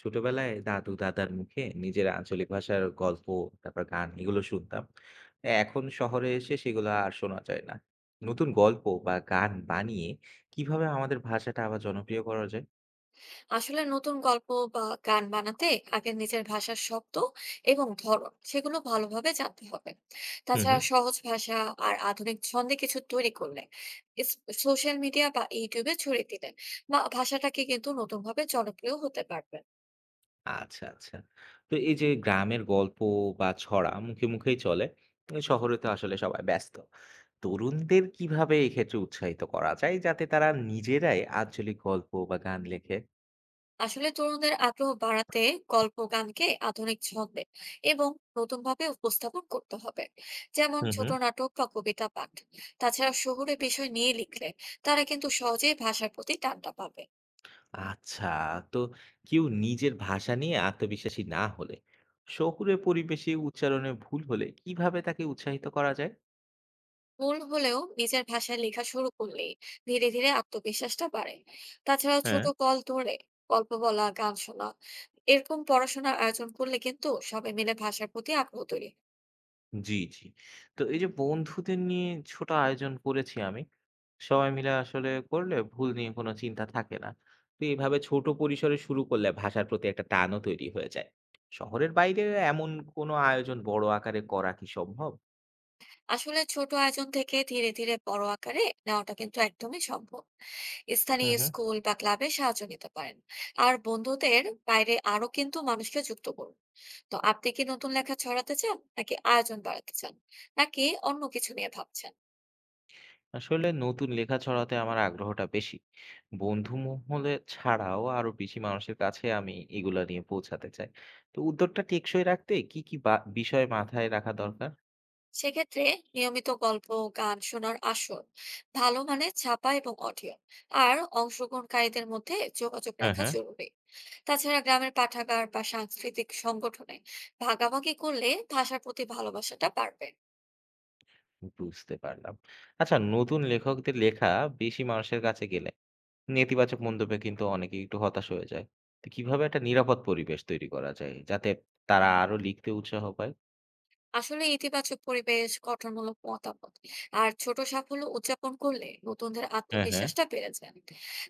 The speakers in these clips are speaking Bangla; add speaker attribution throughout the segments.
Speaker 1: ছোটবেলায় দাদু দাদার মুখে নিজের আঞ্চলিক ভাষার গল্প তারপর গান এগুলো শুনতাম। এখন শহরে এসে সেগুলো আর শোনা যায় না। নতুন গল্প বা গান বানিয়ে কিভাবে আমাদের ভাষাটা আবার জনপ্রিয় করা যায়?
Speaker 2: আসলে নতুন গল্প বা গান বানাতে আগে নিজের ভাষার শব্দ এবং ধরন সেগুলো ভালোভাবে জানতে হবে।
Speaker 1: হুম
Speaker 2: তাছাড়া
Speaker 1: হুম
Speaker 2: সহজ ভাষা আর আধুনিক ছন্দে কিছু তৈরি করলে, সোশ্যাল মিডিয়া বা ইউটিউবে ছড়িয়ে দিলে বা ভাষাটাকে কিন্তু নতুন ভাবে জনপ্রিয় হতে পারবে।
Speaker 1: আচ্ছা আচ্ছা। তো এই যে গ্রামের গল্প বা ছড়া মুখে মুখেই চলে, এ শহরে তো আসলে সবাই ব্যস্ত। তরুণদের কিভাবে এক্ষেত্রে উৎসাহিত করা যায় যাতে তারা নিজেরাই আঞ্চলিক গল্প বা গান লেখে?
Speaker 2: আসলে তরুণদের আগ্রহ বাড়াতে গল্প গানকে আধুনিক ছন্দে এবং নতুন ভাবে উপস্থাপন করতে হবে, যেমন
Speaker 1: হুম
Speaker 2: ছোট
Speaker 1: হুম
Speaker 2: নাটক বা কবিতা পাঠ। তাছাড়া শহুরে বিষয় নিয়ে লিখলে তারা কিন্তু সহজেই ভাষার প্রতি টানটা পাবে।
Speaker 1: আচ্ছা, তো কেউ নিজের ভাষা নিয়ে আত্মবিশ্বাসী না হলে, শহুরে পরিবেশে উচ্চারণে ভুল হলে কিভাবে তাকে উৎসাহিত করা যায়?
Speaker 2: ভুল হলেও নিজের ভাষায় লেখা শুরু করলেই ধীরে ধীরে আত্মবিশ্বাসটা বাড়ে। তাছাড়া
Speaker 1: হ্যাঁ।
Speaker 2: ছোট কল ধরে গল্প বলা, গান শোনা, এরকম পড়াশোনার আয়োজন করলে কিন্তু সবাই মিলে ভাষার প্রতি আগ্রহ তৈরি হয়।
Speaker 1: জি, জি। তো এই যে বন্ধুদের নিয়ে ছোট আয়োজন করেছি আমি। সবাই মিলে আসলে করলে ভুল নিয়ে কোনো চিন্তা থাকে না। তো এভাবে ছোট পরিসরে শুরু করলে ভাষার প্রতি একটা টানও তৈরি হয়ে যায়। শহরের বাইরে এমন কোনো আয়োজন বড় আকারে করা কি সম্ভব?
Speaker 2: আসলে ছোট আয়োজন থেকে ধীরে ধীরে বড় আকারে নেওয়াটা কিন্তু একদমই সম্ভব।
Speaker 1: হুম
Speaker 2: স্থানীয়
Speaker 1: হুম
Speaker 2: স্কুল বা ক্লাবে সাহায্য নিতে পারেন। আর বন্ধুদের বাইরে আরো কিন্তু মানুষকে যুক্ত করুন। তো আপনি কি নতুন লেখা ছড়াতে চান, নাকি আয়োজন বাড়াতে চান, নাকি অন্য কিছু নিয়ে ভাবছেন?
Speaker 1: আসলে নতুন লেখা ছড়াতে আমার আগ্রহটা বেশি। বন্ধু মহলে ছাড়াও আরো বেশি মানুষের কাছে আমি এগুলা নিয়ে পৌঁছাতে চাই। তো উদ্যোগটা টেকসই রাখতে কি, কি বা বিষয় মাথায় রাখা দরকার?
Speaker 2: সেক্ষেত্রে নিয়মিত গল্প গান শোনার আসর, ভালো মানের ছাপা এবং অডিও, আর অংশগ্রহণকারীদের মধ্যে যোগাযোগ
Speaker 1: হ্যাঁ,
Speaker 2: রাখা
Speaker 1: হ্যাঁ।
Speaker 2: জরুরি। তাছাড়া গ্রামের পাঠাগার বা সাংস্কৃতিক সংগঠনে ভাগাভাগি করলে ভাষার প্রতি ভালোবাসাটা বাড়বে।
Speaker 1: বুঝতে পারলাম। আচ্ছা, নতুন লেখকদের লেখা বেশি মানুষের কাছে গেলে নেতিবাচক মন্তব্যে কিন্তু অনেকেই একটু হতাশ হয়ে যায়। তো কিভাবে একটা নিরাপদ পরিবেশ তৈরি করা যায় যাতে তারা আরো লিখতে উৎসাহ পায়?
Speaker 2: আসলে ইতিবাচক পরিবেশ, গঠনমূলক মতামত আর ছোট সাফল্য উদযাপন করলে নতুনদের
Speaker 1: হ্যাঁ, হ্যাঁ।
Speaker 2: আত্মবিশ্বাসটা বেড়ে যায়।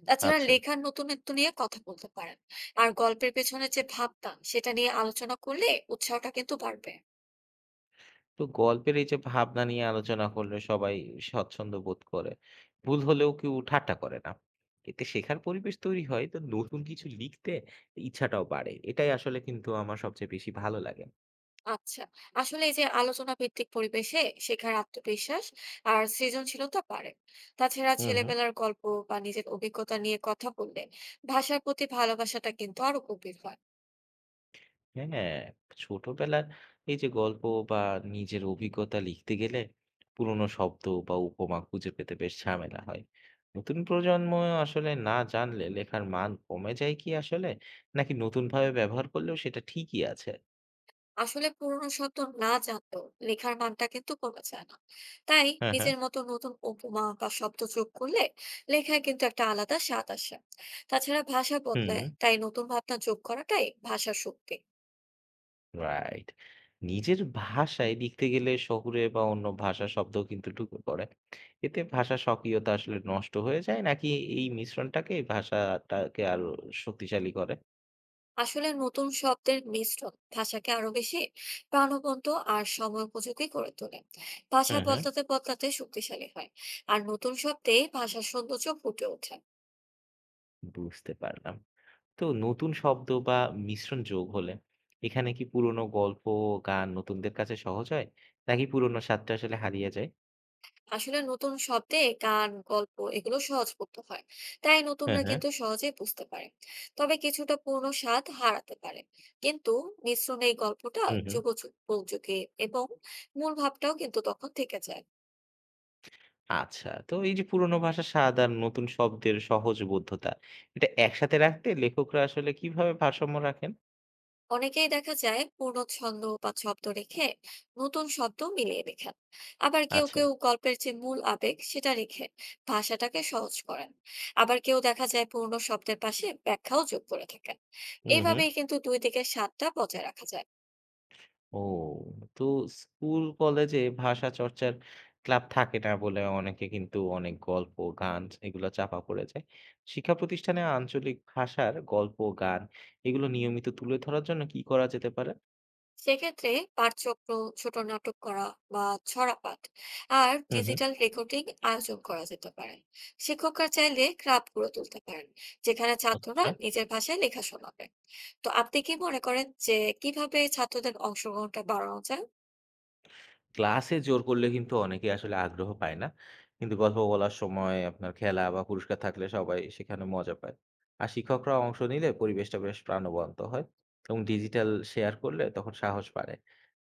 Speaker 2: তাছাড়া
Speaker 1: আচ্ছা।
Speaker 2: লেখার নতুনত্ব নিয়ে কথা বলতে পারেন। আর গল্পের পেছনে যে ভাবনা সেটা নিয়ে আলোচনা করলে উৎসাহটা কিন্তু বাড়বে।
Speaker 1: তো গল্পের এই যে ভাবনা নিয়ে আলোচনা করলে সবাই স্বচ্ছন্দ্য বোধ করে। ভুল হলেও কেউ ঠাট্টা করে না। এতে শেখার পরিবেশ তৈরি হয়। তো নতুন কিছু লিখতে ইচ্ছাটাও বাড়ে। এটাই আসলে কিন্তু আমার সবচেয়ে বেশি ভালো লাগে।
Speaker 2: আচ্ছা, আসলে এই যে আলোচনা ভিত্তিক পরিবেশে শেখার আত্মবিশ্বাস আর সৃজনশীলতা বাড়ে। তাছাড়া
Speaker 1: হুম, হুম।
Speaker 2: ছেলেবেলার গল্প বা নিজের অভিজ্ঞতা নিয়ে কথা বললে ভাষার প্রতি ভালোবাসাটা কিন্তু আরো গভীর হয়।
Speaker 1: হ্যাঁ, ছোটবেলার এই যে গল্প বা নিজের অভিজ্ঞতা লিখতে গেলে পুরনো শব্দ বা উপমা খুঁজে পেতে বেশ ঝামেলা হয়। নতুন প্রজন্ম আসলে না জানলে লেখার মান কমে যায় কি আসলে? নাকি নতুনভাবে ব্যবহার করলেও সেটা ঠিকই আছে?
Speaker 2: আসলে পুরনো শব্দ না জানলেও লেখার মানটা কিন্তু কমে যায় না। তাই
Speaker 1: হ্যাঁ, হ্যাঁ।
Speaker 2: নিজের মতো নতুন উপমা বা শব্দ যোগ করলে লেখায় কিন্তু একটা আলাদা স্বাদ আসে। তাছাড়া ভাষা
Speaker 1: হুম,
Speaker 2: বদলায়, তাই নতুন ভাবনা যোগ করাটাই ভাষার শক্তি।
Speaker 1: রাইট। নিজের ভাষায় লিখতে গেলে শহুরে বা অন্য ভাষার শব্দও কিন্তু ঢুকে পড়ে। এতে ভাষার স্বকীয়তা আসলে নষ্ট হয়ে যায় নাকি এই মিশ্রণটাকে এই ভাষাটাকে আরো শক্তিশালী করে?
Speaker 2: আসলে নতুন শব্দের মিশ্রণ ভাষাকে আরো বেশি প্রাণবন্ত আর সময় উপযোগী করে তোলে। ভাষা
Speaker 1: হ্যাঁ, হ্যাঁ।
Speaker 2: বদলাতে বদলাতে শক্তিশালী হয়। আর নতুন শব্দে ভাষার সৌন্দর্য ফুটে ওঠে।
Speaker 1: বুঝতে পারলাম। তো নতুন শব্দ বা মিশ্রণ যোগ হলে এখানে কি পুরনো গল্প, গান নতুনদের কাছে সহজ হয়? নাকি পুরনো স্বাদটা আসলে হারিয়ে যায়?
Speaker 2: আসলে নতুন শব্দে গান গল্প এগুলো সহজবোধ্য হয়, তাই
Speaker 1: হ্যাঁ,
Speaker 2: নতুনরা
Speaker 1: হ্যাঁ।
Speaker 2: কিন্তু সহজেই বুঝতে পারে। তবে কিছুটা পূর্ণ স্বাদ হারাতে পারে, কিন্তু মিশ্রণে এই গল্পটা
Speaker 1: হুম, হুম।
Speaker 2: যুগোপযোগী এবং মূল ভাবটাও কিন্তু তখন থেকে যায়।
Speaker 1: আচ্ছা। তো এই যে পুরোনো ভাষার স্বাদ আর নতুন শব্দের সহজবোধ্যতা, এটা একসাথে রাখতে লেখকরা আসলে কিভাবে ভারসাম্য রাখেন?
Speaker 2: অনেকেই দেখা যায় পূর্ণ ছন্দ বা শব্দ রেখে নতুন শব্দ মিলিয়ে লেখেন। আবার কেউ
Speaker 1: আচ্ছা।
Speaker 2: কেউ গল্পের যে মূল আবেগ সেটা রেখে ভাষাটাকে সহজ করেন। আবার কেউ দেখা যায় পূর্ণ শব্দের পাশে ব্যাখ্যাও যোগ করে থাকেন।
Speaker 1: হুম, হুম।
Speaker 2: এইভাবেই কিন্তু দুই দিকের স্বাদটা বজায় রাখা যায়।
Speaker 1: ও! তো স্কুল, কলেজে ভাষা চর্চার ক্লাব থাকে না বলে অনেকে কিন্তু অনেক গল্প, গান এগুলো চাপা পড়ে যায়। শিক্ষা প্রতিষ্ঠানে আঞ্চলিক ভাষার গল্প, গান এগুলো নিয়মিত তুলে ধরার জন্য কি করা যেতে পারে?
Speaker 2: সেক্ষেত্রে পাঠচক্র, ছোট নাটক করা বা ছড়াপাঠ, আর
Speaker 1: হুম, হুম।
Speaker 2: ডিজিটাল রেকর্ডিং আয়োজন করা যেতে পারে। শিক্ষকরা চাইলে ক্লাব গড়ে তুলতে পারেন, যেখানে ছাত্ররা
Speaker 1: আচ্ছা।
Speaker 2: নিজের ভাষায় লেখা শোনাবে। তো আপনি কি মনে করেন যে কিভাবে ছাত্রদের অংশগ্রহণটা বাড়ানো যায়?
Speaker 1: ক্লাসে জোর করলে কিন্তু অনেকেই আসলে আগ্রহ পায় না। কিন্তু গল্প বলার সময় আপনার খেলা বা পুরস্কার থাকলে সবাই সেখানে মজা পায়। আর শিক্ষকরা অংশ নিলে পরিবেশটা বেশ প্রাণবন্ত হয় এবং ডিজিটাল শেয়ার করলে তখন সাহস বাড়ে।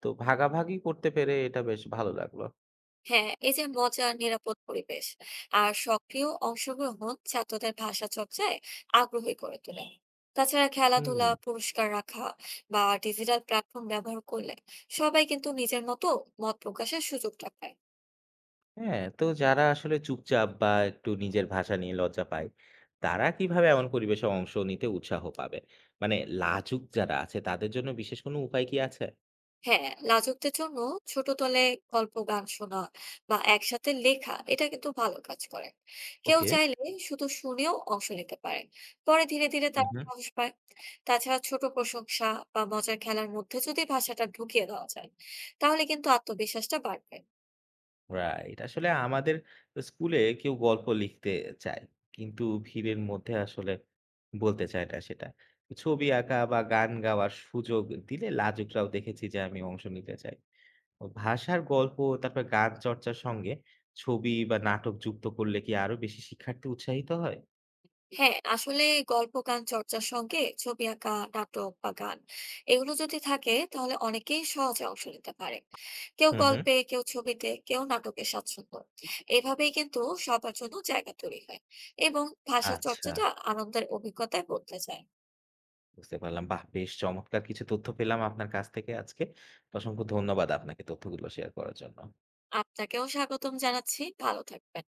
Speaker 1: তো ভাগাভাগি করতে পেরে এটা বেশ ভালো লাগলো।
Speaker 2: হ্যাঁ, এই যে মজা, নিরাপদ পরিবেশ আর সক্রিয় অংশগ্রহণ ছাত্রদের ভাষা চর্চায় আগ্রহী করে তোলে। তাছাড়া
Speaker 1: হুম।
Speaker 2: খেলাধুলা, পুরস্কার রাখা বা ডিজিটাল প্ল্যাটফর্ম ব্যবহার করলে সবাই কিন্তু নিজের মতো মত প্রকাশের সুযোগটা পায়।
Speaker 1: হ্যাঁ, তো যারা আসলে চুপচাপ বা একটু নিজের ভাষা নিয়ে লজ্জা পায়, তারা কিভাবে এমন পরিবেশে অংশ নিতে উৎসাহ পাবে? মানে লাজুক যারা আছে তাদের জন্য বিশেষ কোনো উপায় কি আছে?
Speaker 2: হ্যাঁ, লাজুকদের জন্য ছোট দলে গল্প গান শোনা বা একসাথে লেখা, এটা কিন্তু ভালো কাজ করে। কেউ
Speaker 1: ওকে।
Speaker 2: চাইলে শুধু শুনেও অংশ নিতে পারে। পরে ধীরে ধীরে তারা সাহস পায়। তাছাড়া ছোট প্রশংসা বা মজার খেলার মধ্যে যদি ভাষাটা ঢুকিয়ে দেওয়া যায়, তাহলে কিন্তু আত্মবিশ্বাসটা বাড়বে।
Speaker 1: রাইট। আসলে আমাদের স্কুলে কেউ গল্প লিখতে চায়। কিন্তু ভিড়ের মধ্যে আসলে বলতে চায় না সেটা। ছবি আঁকা বা গান গাওয়ার সুযোগ দিলে লাজুকরাও দেখেছি যে আমি অংশ নিতে চাই। ও ভাষার গল্প তারপর গান চর্চার সঙ্গে ছবি বা নাটক যুক্ত করলে কি আরো বেশি শিক্ষার্থী উৎসাহিত হয়?
Speaker 2: হ্যাঁ আসলে গল্প গান চর্চার সঙ্গে ছবি আঁকা, নাটক বা গান, এগুলো যদি থাকে তাহলে অনেকেই সহজে অংশ নিতে পারে। কেউ
Speaker 1: হুম হুম
Speaker 2: গল্পে, কেউ ছবিতে, কেউ নাটকে স্বাচ্ছন্দ্য। এভাবেই কিন্তু সবার জন্য জায়গা তৈরি হয় এবং ভাষা
Speaker 1: আচ্ছা,
Speaker 2: চর্চাটা আনন্দের অভিজ্ঞতায় বদলে যায়।
Speaker 1: বুঝতে পারলাম। বাহ! বেশ চমৎকার কিছু তথ্য পেলাম আপনার কাছ থেকে আজকে। অসংখ্য ধন্যবাদ আপনাকে তথ্যগুলো শেয়ার করার জন্য।
Speaker 2: আপনাকেও স্বাগতম জানাচ্ছি, ভালো থাকবেন।